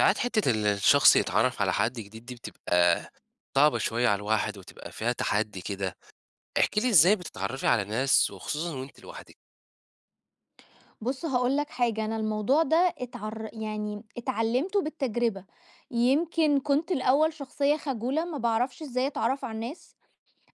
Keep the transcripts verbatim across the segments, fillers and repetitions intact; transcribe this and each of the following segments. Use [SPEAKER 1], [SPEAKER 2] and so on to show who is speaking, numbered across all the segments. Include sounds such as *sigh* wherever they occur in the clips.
[SPEAKER 1] ساعات حتة ال الشخص يتعرّف على حد جديد دي بتبقى صعبة شوية على الواحد وتبقى فيها تحدّي كده، احكي لي إزاي بتتعرّفي على ناس وخصوصًا وأنتِ لوحدِك؟
[SPEAKER 2] بُص، هاقول لك حاجة. أنا الموضوع ده اتعر يعني اتعلمته بالتجربة. يمكن كنت الأول شخصية خجولة، ما باعرفش إزاي أتعرف على الناس.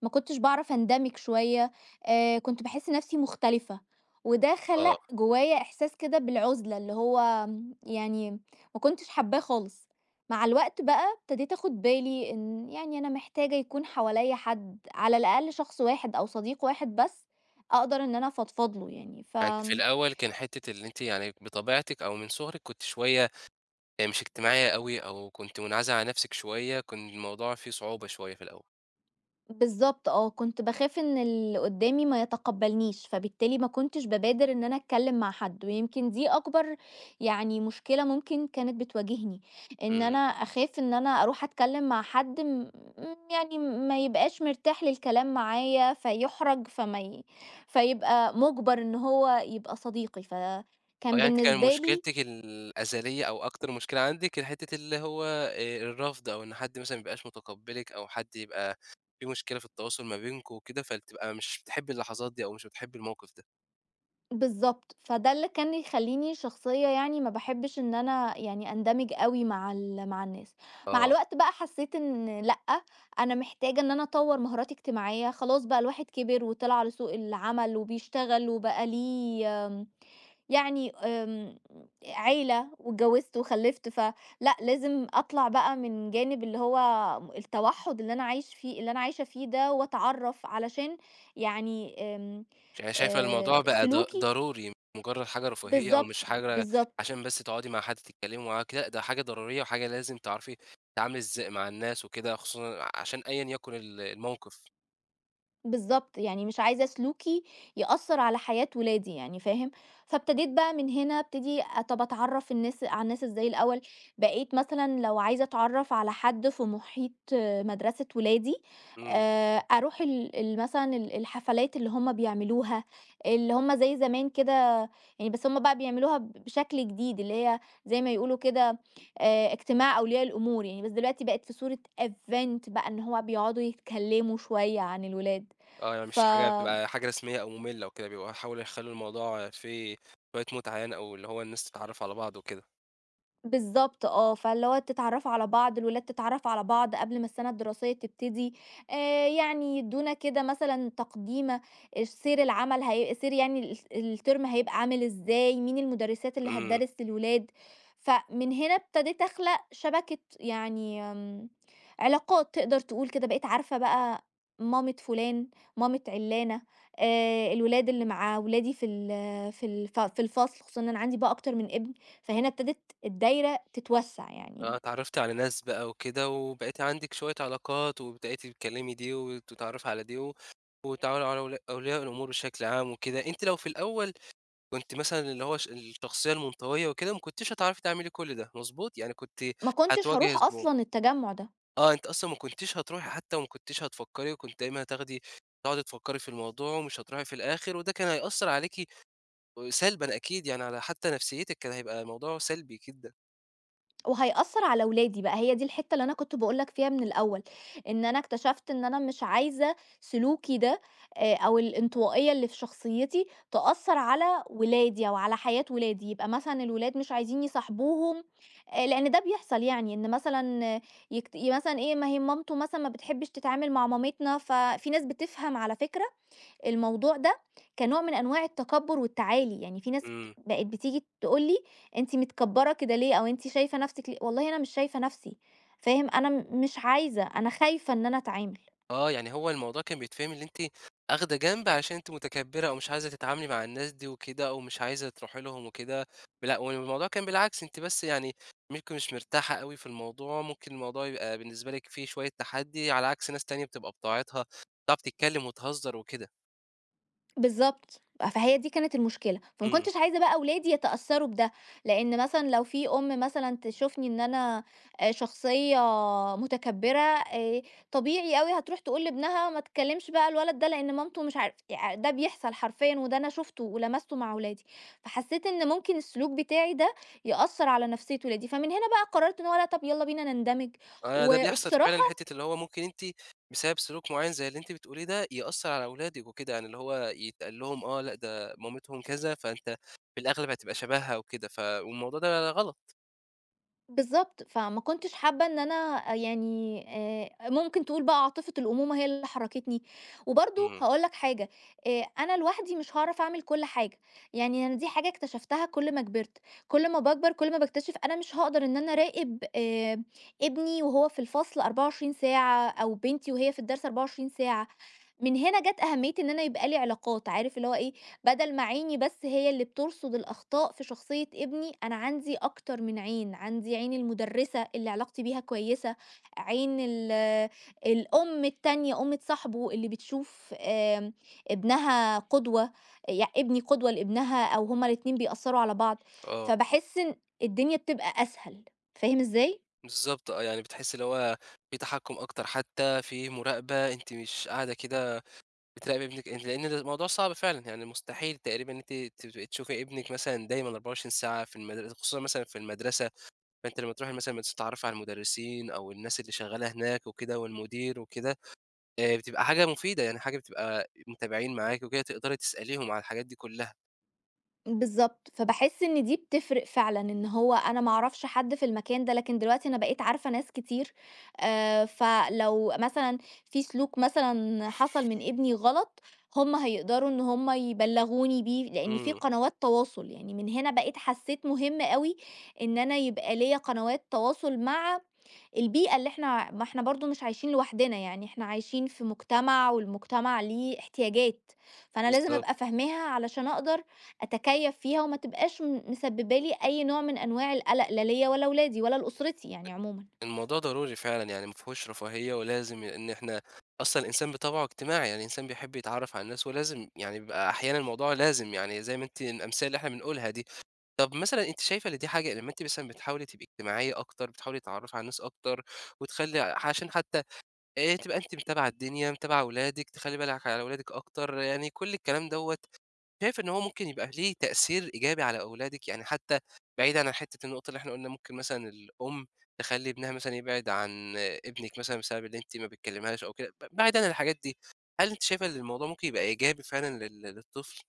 [SPEAKER 2] ما كنتش باعرف أندمج شوية. آآ كنت باحس نفسي مختلفة. وده
[SPEAKER 1] آه،
[SPEAKER 2] خلق جوايا إحساس كده بالعزلة، اللي هو آمم، يعني ما كنتش حاباه خالص. مع الوقت بقى ابتديت آخد بالي إن يعني أنا محتاجة يكون حواليّا حد، على الأقل شخص واحد أو صديق واحد بس أقدر إن أنا أفضفض له، يعني ف
[SPEAKER 1] يعني أنتِ في الأول كان حتة اللي أنتِ يعني بطبيعتِك أو من صغرِك كنتِ شوية آآ مش اجتماعية أوي أو كنتِ منعزلة عن نَفْسِك شوية، كان الموضوع فيه صعوبة شوية في الأول.
[SPEAKER 2] بالضبط، آه. كنت باخاف إن اللي قدّامي ما يتقبّلنيش، فبالتالي ما كنتش بابادر إن أنا أتكلّم مع حد. ويمكن دي أكبر يعني مشكلة ممكن كانت بتواجهني، إن
[SPEAKER 1] إمم.
[SPEAKER 2] أنا أخاف إن أنا أروح أتكلّم مع حد م م- يعني ما يبقاش مرتاح للكلام معايا، فيُحرج، فما ي فيبقى مُجبر إن هو يبقى صديقي.
[SPEAKER 1] آه،
[SPEAKER 2] فكان
[SPEAKER 1] يعني أنتِ كان
[SPEAKER 2] بالنسبة لي.
[SPEAKER 1] مشكلتِك الأزلية أو أكتر مشكلة عندِك حتّة اللي هو آآ الرفض أو إن حد مثلًا ما يبقاش متقبّلِك أو حد يبقى في مشكلة في التواصل ما بينكم وكده، فبتبقى مش بتحبّي اللحظات دي أو مش بتحبّي الموقف ده.
[SPEAKER 2] بالضبط. فده اللي كان يخلّيني شخصية، يعني ما باحبش إن أنا يعني أندمج أوي مع ال مع الناس. مع
[SPEAKER 1] آه.
[SPEAKER 2] الوقت بقى حسيت إن لأ، أنا محتاجة إن أنا أطوّر مهاراتي اجتماعية. خلاص بقى الواحد كبر وطلع على سوق العمل وبيشتغل وبقى ليه، آمم، يعني، آمم، عيلة، واتجوزت وخلّفت. فلأ، لازم أطلع بقى من جانب اللي هو التوحُّد، اللي أنا عايش فيه اللي أنا عايشة فيه ده، وأتعرّف علشان يعني، آمم،
[SPEAKER 1] يعني شايفة الموضوع
[SPEAKER 2] آآ،
[SPEAKER 1] بقى ض
[SPEAKER 2] سلوكي.
[SPEAKER 1] ضروري مش مجرّد حاجة رفاهية أو
[SPEAKER 2] بالضبط،
[SPEAKER 1] مش حاجة
[SPEAKER 2] بالضبط.
[SPEAKER 1] عشان بس تقعدي مع حد تتكلّمي معاه وكده، لأ ده حاجة ضرورية وحاجة لازم تعرفي تتعاملي إزاي مع الناس وكده خصوصًا عشان أيًا يكن ال الموقف.
[SPEAKER 2] بالضبط، يعني مش عايزة سلوكي يأثّر على حياة ولادي، يعني فاهم؟ فابتديت بقى من هنا ابتدي أ طَب أتعرّف الناس على الناس إزاي الأول. بقيت مثلًا لو عايزة أتعرّف على حد في محيط، آه، مدرسة ولادي،
[SPEAKER 1] إمم.
[SPEAKER 2] آآ أروح ال ال مثلًا ال الحفلات اللي هم بيعملوها، اللي هم زي زمان كده، يعني بس هم بقى بيعملوها ب بشكل جديد، اللي هي زي ما يقولوا كده آآ اجتماع أولياء الأمور يعني، بس دلوقتي بقت في صورة event، بقى إن هو بيقعدوا يتكلّموا شوية عن الولاد.
[SPEAKER 1] آه، يعني
[SPEAKER 2] ف
[SPEAKER 1] مش حاجة بتبقى حاجة رسمية أو مملة أو كده، بيبقوا حاولوا يخلّوا الموضوع فيه شوية متعة يعني أو اللي هو الناس تتعرّف على بعض وكده.
[SPEAKER 2] بالضبط، آه. فاللي هو تتعرّفوا على بعض، الولاد تتعرّف على بعض قبل ما السَنة الدراسية تبتدي. آآ يعني يدّونا كده مثلًا تقديمة، إش سير العمل، هي سير يعني الس الترم هيبقى عامل إزاي، مين المُدرِّسات اللي
[SPEAKER 1] إمم.
[SPEAKER 2] هتدرِّس للولاد. فمن هنا ابتديت أخلق شبكة، يعني آمم علاقات تقدر تقول كده. بقيت عارفة بقى مامة فُلان، مامة عِلّانة، آآ الولاد اللي مع ولادي في ال في الف في الفصل، خصوصًا إن أنا عندي بقى أكتر من ابن. فهنا ابتدت الدايرة تتوسع يعني.
[SPEAKER 1] آه، اتعرّفتِ على ناس بقى وكده وبقيتِ عندِك شوية علاقات وبدأتِ تكلّمي دي وتتعرّفي على دي و وتتعاملي على أولي أولياء الأمور بشكل عام وكده. أنتِ لو في الأول كنتِ مثلًا اللي هو ش الشخصية المنطوية وكده، ما كنتيش هتعرفي تعملي كل ده، مضبوط؟ يعني كنتِ
[SPEAKER 2] ما كنتش
[SPEAKER 1] هتواجهي
[SPEAKER 2] هاروح
[SPEAKER 1] صداع.
[SPEAKER 2] أصلًا التجمُّع ده.
[SPEAKER 1] آه، أنتِ أصلًا ما كنتيش هتروحي حتى وما كنتيش هتفكّري، وكنتِ دايمًا هتاخدي تقعدي تفكّري في الموضوع ومش هتروحي في الآخر، وده كان هيأثّر عليكِ سلبًا أكيد، يعني على حتى نفسيتِك كان هيبقى الموضوع سلبي جدًا.
[SPEAKER 2] وهيأثّر على ولادي بقى، هي دي الحتّة اللي أنا كنت باقول لك فيها من الأول، إن أنا اكتشفت إن أنا مش عايزة سلوكي ده، آآ أو الانطوائية اللي في شخصيتي تأثّر على ولادي أو على حياة ولادي، يبقى مثلًا الولاد مش عايزين يصاحبوهم، آآ لإن ده بيحصل يعني، إن مثلًا آه، يكت مثلًا إيه، ما هي مامته مثلًا ما بتحبش تتعامل مع مامتنا. ففي ناس بتفهم على فكرة الموضوع ده كنوع من أنواع التكبُّر والتعالي. يعني في ناس ك
[SPEAKER 1] إمم،
[SPEAKER 2] بقت بتيجي تقول لي: "أنتِ متكبّرة كده ليه؟" أو "أنتِ شايفة نَفْسِك ليه؟" والله أنا مش شايفة نَفْسي، فاهم، أنا م مش عايزة، أنا خايفة إن أنا أتعامل.
[SPEAKER 1] آه، يعني هو الموضوع كان بيتفهم اللي أنتِ آخدة جنب عشان أنتِ متكبّرة أو مش عايزة تتعاملي مع الناس دي وكده أو مش عايزة تروحي لهم وكده، لأ والموضوع كان بالعكس، أنتِ بس يعني ممكن مش مرتاحة أوي في الموضوع، ممكن الموضوع يبقى بالنسبة لِك فيه شوية تحدّي، على عكس ناس تانية بتبقى بطاعتها بتعرف تتكلّم وتهزّر وكده.
[SPEAKER 2] بالضبط، فهي دي كانت المشكلة، فما
[SPEAKER 1] إمم.
[SPEAKER 2] كنتش عايزة بقى ولادي يتأثّروا بده، لإن مثلًا لو في أم مثلًا تشوفني إن أنا آآ شخصية متكبّرة، آآ طبيعي أوي هتروح تقول لابنها ما تكلّمش بقى الولد ده لإن مامته مش عارف يع ده بيحصل حرفيًا، وده أنا شُفته ولمسته مع ولادي. فحسّيت إن ممكن السلوك بتاعي ده يأثّر على نفسيّة ولادي، فمن هنا بقى قررت إن هو لأ، طَب يالّا بينا نندمج.
[SPEAKER 1] آه، ده
[SPEAKER 2] و
[SPEAKER 1] بيحصل فعلًا
[SPEAKER 2] وبصراحة.
[SPEAKER 1] حتّة اللي هو ممكن أنتِ بسبب سلوك معيّن زي اللي أنتِ بتقوليه ده، يأثّر على أولادِك وكده، يعني اللي هو يتقال لهم آه، لأ ده مامتهم كذا، فأنت في الأغلب هتبقى شبهها وكده، ف والموضوع ده غلط.
[SPEAKER 2] بالضبط، فما كنتش حابة إن أنا، آه، يعني، آآ ممكن تقول بقى عاطفة الأمومة هي اللي حرّكتني. وبرضه
[SPEAKER 1] إمم،
[SPEAKER 2] هاقول لك حاجة، آآ أنا لوحدي مش هاعرف أعمل كل حاجة. يعني أنا دي حاجة اكتشفتها كل ما كبرت، كل ما باكبر كل ما باكتشف أنا مش هاقدر إن أنا أراقب آآ ابني وهو في الفصل أربعة وعشرين ساعة، أو بنتي وهي في الدرس أربعة وعشرين ساعة. من هنا جات أهمية إن أنا يبقى لي علاقات، عارف اللي هو إيه، بدل ما عيني بس هي اللي بترصد الأخطاء في شخصية ابني، أنا عندي أكتر من عين، عندي عين المدرسة اللي علاقتي بيها كويسة، عين ال الأم التانية أمة صاحبه اللي بتشوف آمم، ابنها قدوة، يع ابني قدوة لابنها، أو هُم الاتنين بيأثّروا على بعض.
[SPEAKER 1] آه،
[SPEAKER 2] فباحس إن الدنيا بتبقى أسهل. فاهم إزاي؟
[SPEAKER 1] بالضبط آه، يعني بتحسّي اللي هو في تحكُّم أكتر حتّى، في مراقبة، أنتِ مش قاعدة كده بتراقبي ابنِك أنتِ لإن ده الموضوع صعب فعلًا، يعني مستحيل تقريبًا إن أنتِ تبقي تشوفي ابنِك مثلًا دايمًا أربعة وعشرين ساعة في المدر خصوصًا مثلًا في المدرسة، فأنت لمّا تروح مثلًا بتتعرّف على المدرسين أو الناس اللي شغّالة هناك وكده والمدير وكده، آآ بتبقى حاجة مفيدة، يعني حاجة بتبقى متابعين معاك وكده تقدري تسأليهم على الحاجات دي كُلّها.
[SPEAKER 2] بالضبط، فباحس إن دي بتفرق فعلًا، إن هو أنا ما أعرفش حد في المكان ده، لكن دلوقتي أنا بقيت عارفة ناس كتير. آآ، فلو مثلًا في سلوك مثلًا حصل من ابني غلط، هم هيقدروا إن هم يبلغوني بيه، لإن في
[SPEAKER 1] إمم،
[SPEAKER 2] قنوات تواصل. يعني من هنا بقيت حسيت مهم أوي إن أنا يبقى ليّا قنوات تواصل مع البيئة، اللي إحنا ما إحنا برضه مش عايشين لوحدنا، يعني إحنا عايشين في مجتمع والمجتمع ليه احتياجات، فأنا لازم أبقى
[SPEAKER 1] بالضبط.
[SPEAKER 2] فاهماها علشان أقدر أتكيّف فيها وما تبقاش م مسبّبة لي أي نوع من أنواع القلق، لا ليّا ولا ولادي ولا لأسرتي، يعني عمومًا.
[SPEAKER 1] الموضوع ضروري فعلًا، يعني ما فيهوش رفاهية ولازم إن إحنا أصلًا الإنسان بطبعه اجتماعي، يعني الإنسان بيحب يتعرّف على الناس ولازم يعني بيبقى أحيانًا الموضوع لازم، يعني زي ما أنتِ الأمثلة اللي إحنا بنقولها دي. طَب مثلًا أنتِ شايفة إن دي حاجة لمّا أنتِ مثلًا بتحاولي تبقي اجتماعية أكتر، بتحاولي تتعرّفي على الناس أكتر وتخلّي عشان حتى آآ تبقى أنتِ متابعة الدنيا، متابعة ولادِك، تخلّي بالِك على ولادِك أكتر، يعني كل الكلام دوّة، شايف إن هو ممكن يبقى ليه تأثير إيجابي على أولادِك؟ يعني حتى بعيدًا عن حتة النقطة اللي إحنا قُلنا ممكن مثلًا الأم تخلّي ابنها مثلًا يبعد عن ابنِك مثلًا بسبب اللي أنتِ ما بتكلميهاش أو كده، ب بعيدًا عن الحاجات دي، هل أنتِ شايفة إن الموضوع ممكن يبقى إيجابي فعلًا لل للطفل؟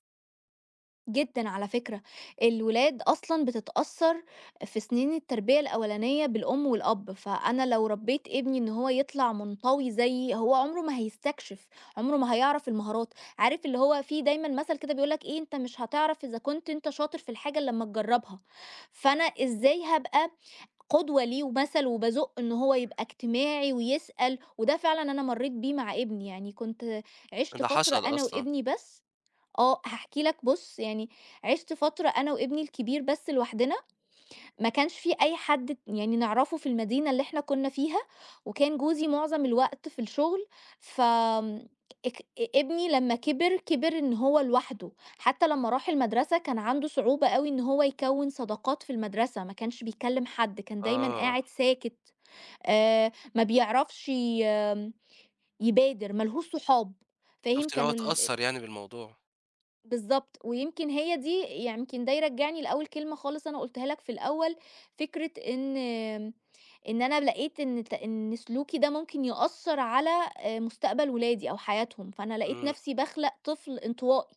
[SPEAKER 2] جدًا على فكرة. الولاد أصلًا بتتأثّر في سنين التربية الأولانية بالأم والأب، فأنا لو ربّيت ابني إن هو يطلع منطوي زيي، هو عمره ما هيستكشف، عمره ما هيعرف المهارات. عارف اللي هو في دايمًا مثل كده بيقول لك إيه، أنت مش هتعرف إذا كنت أنت شاطر في الحاجة إلّا أمّا تجرّبها. فأنا إزاي هابقى قدوة ليه ومثل، وبازُق إن هو يبقى اجتماعي ويسأل. وده فعلًا أنا مرّيت بيه مع ابني. يعني كنت عِشت
[SPEAKER 1] ده
[SPEAKER 2] فترة
[SPEAKER 1] حصل
[SPEAKER 2] أنا
[SPEAKER 1] أصلًا،
[SPEAKER 2] وابني بس. آه، هاحكي لك، بُص، يعني عِشت فترة أنا وابني الكبير بس لوحدنا، ما كانش في أي حد يعني نعرفه في المدينة اللي إحنا كنا فيها، وكان جوزي معظم الوقت في الشغل. فآمم اك ابني لمّا كبر، كبر إن هو لوحده. حتى لمّا راح المدرسة كان عنده صعوبة أوي إن هو يكوّن صداقات في المدرسة، ما كانش بيكلم حد، كان دايمًا
[SPEAKER 1] آه،
[SPEAKER 2] قاعد ساكت، آآ ما بيعرفش، ي آم، يبادر، ما لهوش صحاب، فاهم؟
[SPEAKER 1] شُفتِ إن هو
[SPEAKER 2] كانوا ال
[SPEAKER 1] اتأثّر يعني بالموضوع،
[SPEAKER 2] بالضبط، ويمكن هي دي، يعني يمكن ده يرجّعني لأول كلمة خالص أنا قُلتها لك في الأول، فكرة إن إن أنا لقيت إن ت إن سلوكي ده ممكن يأثّر على آآ مستقبل ولادي أو حياتهم. فأنا لقيت
[SPEAKER 1] إمم.
[SPEAKER 2] نَفْسي باخلق طفل انطوائي،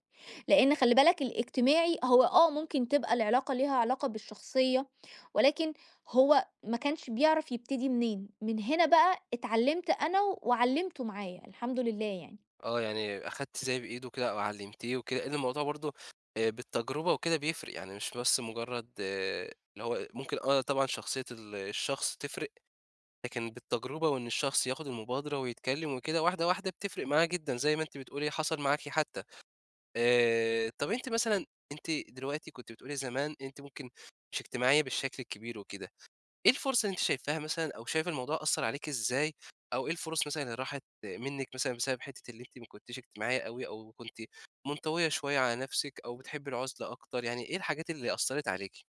[SPEAKER 2] لإن خلّي بالك، الاجتماعي هو آه ممكن تبقى العلاقة ليها علاقة بالشخصية، ولكن هو ما كانش بيعرف يبتدي منين. من هنا بقى اتعلّمت أنا وعلّمته معايا، الحمد لله يعني.
[SPEAKER 1] آه، يعني أخدتِ زي بإيده كده أو علّمتيه وكده، لإن الموضوع برضه آآ بالتجربة وكده بيفرق، يعني مش بس مجرّد آآ اللي هو ممكن آه طبعًا شخصية ال الشخص تفرق، لكن بالتجربة وإن الشخص ياخد المبادرة ويتكلّم وكده واحدة، واحدة بتفرق معاه جدًا زي ما أنتِ بتقولي حصل معاكِ حتّى. آآ طَب أنتِ مثلًا أنتِ دلوقتي كنتِ بتقولي زمان أنتِ ممكن مش اجتماعية بالشكل الكبير وكده، إيه الفُرص اللي أنتِ شايفاها مثلًا أو شايفة الموضوع أثّر عليكِ إزاي، أو إيه الفُرص مثلًا اللي راحت منِّك مثلًا بسبب حتّة اللي أنتِ ما كنتيش اجتماعية أوي أو كنتِ منطوية شوية على نَفْسِك أو بتحبّي العُزلة أكتر، يعني إيه الحاجات اللي أثّرت عليكِ؟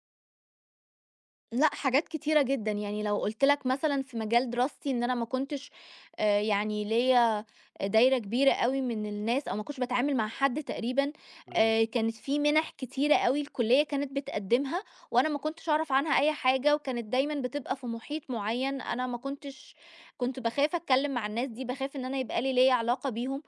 [SPEAKER 2] لأ، حاجات كتيرة جدًا. يعني لو قُلت لك مثلًا في مجال دراستي إن أنا ما كنتش، آآ، يعني ليّا دايرة كبيرة أوي من الناس، أو ما كنتش باتعامل مع حد تقريبًا.
[SPEAKER 1] إمم.
[SPEAKER 2] آآ، كانت في مِنَح كتيرة أوي الكلية كانت بتقدّمها، وأنا ما كنتش أعرف عنها أي حاجة، وكانت دايمًا بتبقى في محيط معيّن. أنا ما كنتش كنت باخاف أتكلّم مع الناس دي، باخاف إن أنا يبقى لي ليّا علاقة بيهم.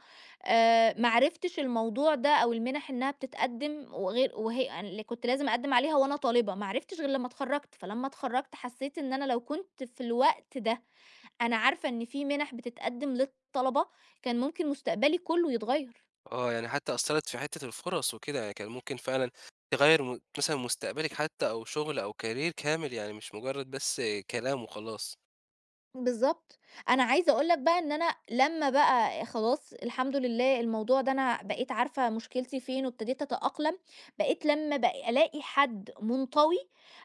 [SPEAKER 2] آآ ما عرفتش الموضوع ده أو المنح إنها بتتقدّم وغير، وهي يعني اللي كنت لازم أقدّم عليها وأنا طالبة، ما عرفتش غير لمّا اتخرّجت. فلمّا اتخرّجت حسّيت إن أنا لو كنت في الوقت ده أنا عارفة إن في مِنح بتتقدّم للطلبة، كان ممكن مستقبلي كلّه يتغيّر.
[SPEAKER 1] آه، يعني حتّى أثّرت في حتّة الفُرص وكده، يعني كان ممكن فعلًا تغيّر م مثلًا مستقبلِك حتّى أو شُغل أو career كامل، يعني مش مُجرّد بس كلام وخلاص.
[SPEAKER 2] بالضبط. أنا عايزة أقول لك بقى إن أنا لمّا بقى خلاص الحمد لله الموضوع ده، أنا بقيت عارفة مشكلتي فين وابتديت أتأقلم. بقيت لمّا ب ألاقي حد منطوي،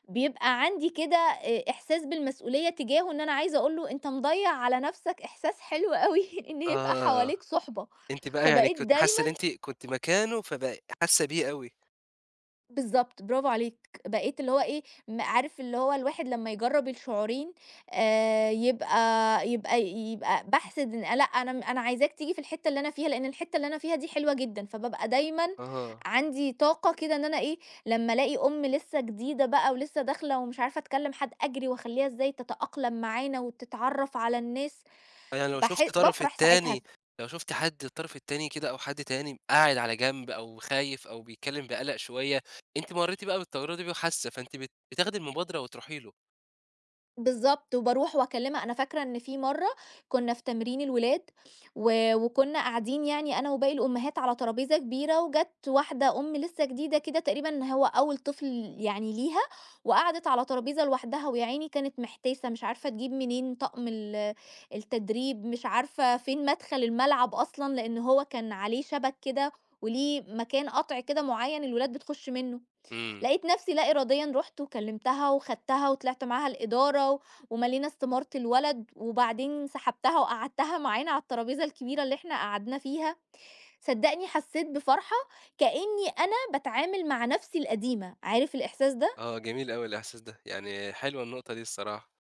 [SPEAKER 2] بيبقى عندي كده آآ إحساس بالمسؤولية تجاهه، إن أنا عايزة أقول له أنت مضيّع على نَفْسك. إحساس حلو أوي *laughs* إن يبقى
[SPEAKER 1] آه،
[SPEAKER 2] حواليك صُحبة.
[SPEAKER 1] أنتِ بقى يعني
[SPEAKER 2] فبقيت
[SPEAKER 1] كنتِ حاسّة
[SPEAKER 2] دايمًا.
[SPEAKER 1] إن أنتِ كنتِ مكانه فبقى حاسّة بيه أوي.
[SPEAKER 2] بالضبط، برافو عليك. بقيت اللي هو إيه، م عارف اللي هو الواحد لمّا يجرّب الشعورين، آآ يبقى يبقى يبقى باحسد، إن لأ، أنا م أنا عايزاك تيجي في الحتّة اللي أنا فيها، لإن الحتّة اللي أنا فيها دي حلوة جدًا. فبابقى دايمًا
[SPEAKER 1] آه.
[SPEAKER 2] عندي طاقة كده، إن أنا إيه، لمّا ألاقي أُم لسّه جديدة بقى ولسّه داخلة ومش عارفة تكلّم حد، أجري وأخلّيها إزاي تتأقلم معانا وتتعرّف على الناس.
[SPEAKER 1] يعني لو
[SPEAKER 2] باح
[SPEAKER 1] شُفت طرف
[SPEAKER 2] بافرح ساعتها.
[SPEAKER 1] التاني لو شُفت حد الطرف التاني كده أو حد تاني قاعد على جنب أو خايف أو بيتكلّم بقلق شوية، أنتِ مرّيتِ بقى بالتجربة دي وحاسة، فأنتِ بت بتاخدي المبادرة وتروحي له.
[SPEAKER 2] بالضبط، وباروح وأكلمها. أنا فاكرة إن في مرّة كنا في تمرين الولاد، و وكنا قاعدين يعني أنا وباقي الأمهات على ترابيزة كبيرة، وجات واحدة أم لسه جديدة كده، تقريبًا هو أول طفل يعني ليها، وقعدت على ترابيزة لوحدها. ويا عيني كانت محتاسة مش عارفة تجيب منين طقم ال التدريب، مش عارفة فين مدخل الملعب أصلًا، لإن هو كان عليه شبك كده وليه مكان قطع كده معيّن الولاد بتخش منه.
[SPEAKER 1] إمم.
[SPEAKER 2] لقيت نفسي لا إراديًا رُحت وكلمتها وخدتها وطلعت معاها الإدارة، و ومالينا استمارة الولد، وبعدين سحبتها وقعدتها معانا على الترابيزة الكبيرة اللي إحنا قعدنا فيها. صدّقني حسيت بفرحة كإني أنا باتعامل مع نفسي القديمة، عارف الإحساس ده؟
[SPEAKER 1] آه، جميل أوي الإحساس ده، يعني حلوة النقطة دي الصراحة.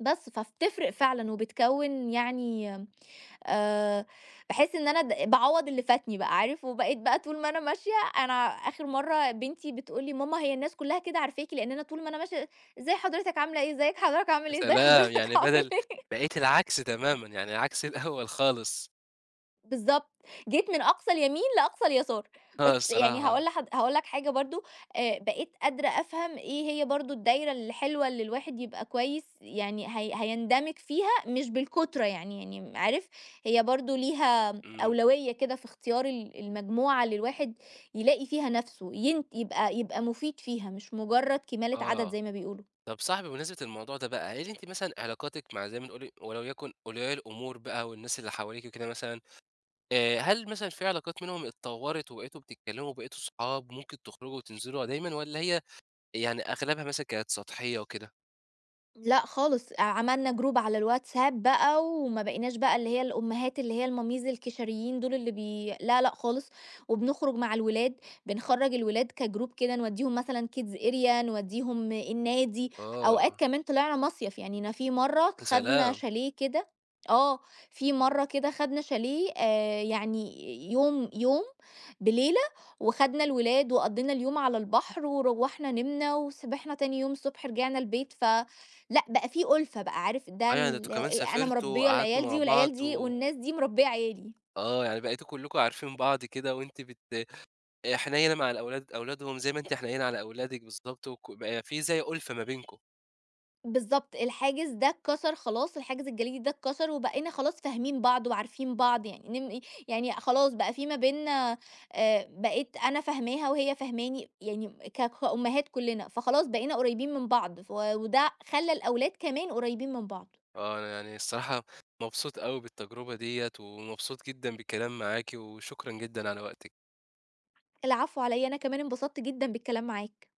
[SPEAKER 2] بس، فبتفرق فعلًا وبتكوّن يعني، آآ باحس إن أنا د باعوّض اللي فاتني بقى، عارف. وبقيت بقى طول ما أنا ماشية، أنا آخر مرّة بنتي بتقول لي: "ماما، هي الناس كلّها كده عارفاكِ، لإن أنا طول ما أنا ماشية، إزي حضرتك عاملة إيه، إزيك حضرتك عامل
[SPEAKER 1] يا
[SPEAKER 2] إيه، إزي
[SPEAKER 1] سلام!
[SPEAKER 2] حضرتك *laughs*
[SPEAKER 1] يعني
[SPEAKER 2] عامل
[SPEAKER 1] بدل
[SPEAKER 2] إيه."
[SPEAKER 1] بقيتِ العكس تمامًا، يعني عكس *laughs* الأول خالص.
[SPEAKER 2] بالضبط، جيت من أقصى اليمين لأقصى اليسار. بس
[SPEAKER 1] آه
[SPEAKER 2] يعني
[SPEAKER 1] الصراحة.
[SPEAKER 2] هاقول لحض هاقول لك حاجة برضه. آآ بقيت قادرة أفهم إيه هي برضه الدايرة الحلوة اللي الواحد يبقى كويس يعني هي هيندمج فيها، مش بالكُترة يعني يعني عارف. هي برضه ليها
[SPEAKER 1] إمم.
[SPEAKER 2] أولوية كده في اختيار ال المجموعة اللي الواحد يلاقي فيها نَفْسه، ين يبقى يبقى مفيد فيها، مش مجرد كمالة عدد
[SPEAKER 1] آه.
[SPEAKER 2] زي ما بيقولوا.
[SPEAKER 1] طب صح بمناسبة الموضوع ده بقى، هل أنتِ مثلًا علاقاتِك مع زي ما بنقول ولو يكن أولياء الأمور بقى والناس اللي حواليكِ وكده مثلًا آآ، هل مثلًا في علاقات منهم اتطوّرت وبقيتوا بتتكلموا وبقيتوا صحاب ممكن تخرجوا وتنزلوا دايمًا والّا هي يعني أغلبها مثلًا كانت سطحية وكده؟
[SPEAKER 2] لأ خالص، عملنا جروب على الواتساب بقى، وما بقيناش بقى اللي هي الأمهات اللي هي الماميز الكشريين دول، اللي بي لا، لأ خالص. وبنخرج مع الولاد، بنخرّج الولاد كجروب كده، نودّيهم مثلًا kids area، نودّيهم النادي،
[SPEAKER 1] آه،
[SPEAKER 2] أوقات كمان طلعنا مصيف. يعني أنا في مرّة
[SPEAKER 1] يا
[SPEAKER 2] خدنا
[SPEAKER 1] سلام!
[SPEAKER 2] شاليه كده، آه، في مرّة كده خدنا شاليه، آآ يعني يوم يوم بليلة، وخدنا الولاد وقضّينا اليوم على البحر وروّحنا نِمنا وسبحنا، تاني يوم الصبح رجعنا البيت. ف لأ، بقى في أُلفة بقى، عارف
[SPEAKER 1] آه،
[SPEAKER 2] ده
[SPEAKER 1] يعني ده أنتم
[SPEAKER 2] اللي هو
[SPEAKER 1] كمان
[SPEAKER 2] إيه، أنا
[SPEAKER 1] سافرتوا
[SPEAKER 2] مربية
[SPEAKER 1] وقعدتوا
[SPEAKER 2] العيال
[SPEAKER 1] مع
[SPEAKER 2] دي
[SPEAKER 1] بعض
[SPEAKER 2] والعيال دي
[SPEAKER 1] و
[SPEAKER 2] والناس دي مربية عيالي.
[SPEAKER 1] آه، يعني بقيتوا كلّكم عارفين بعض كده وأنتِ بت آآ، حنيّنة مع الأولاد أولادهم زي ما أنتِ حنيّنة على أولادِك بالضبط وك بقى في زي أُلفة ما بينكم.
[SPEAKER 2] بالضبط، الحاجز ده اتكسر خلاص، الحاجز الجليدي ده اتكسر، وبقينا خلاص فاهمين بعض وعارفين بعض، يعني نم إيه. يعني خلاص بقى في ما بيننا، آآ، بقيت أنا فاهماها وهي فاهماني، يعني ك كأمهات كلنا، فخلاص بقينا قريبين من بعض، ف وده خلّى الأولاد كمان قريبين من بعض.
[SPEAKER 1] آه، أنا يعني الصراحة مبسوط أوي بالتجربة ديّة ومبسوط جدًا بالكلام معاكِ وشكرًا جدًا على وقتِك.
[SPEAKER 2] العفو على إيه، أنا كمان انبسطت جدًا بالكلام معاك.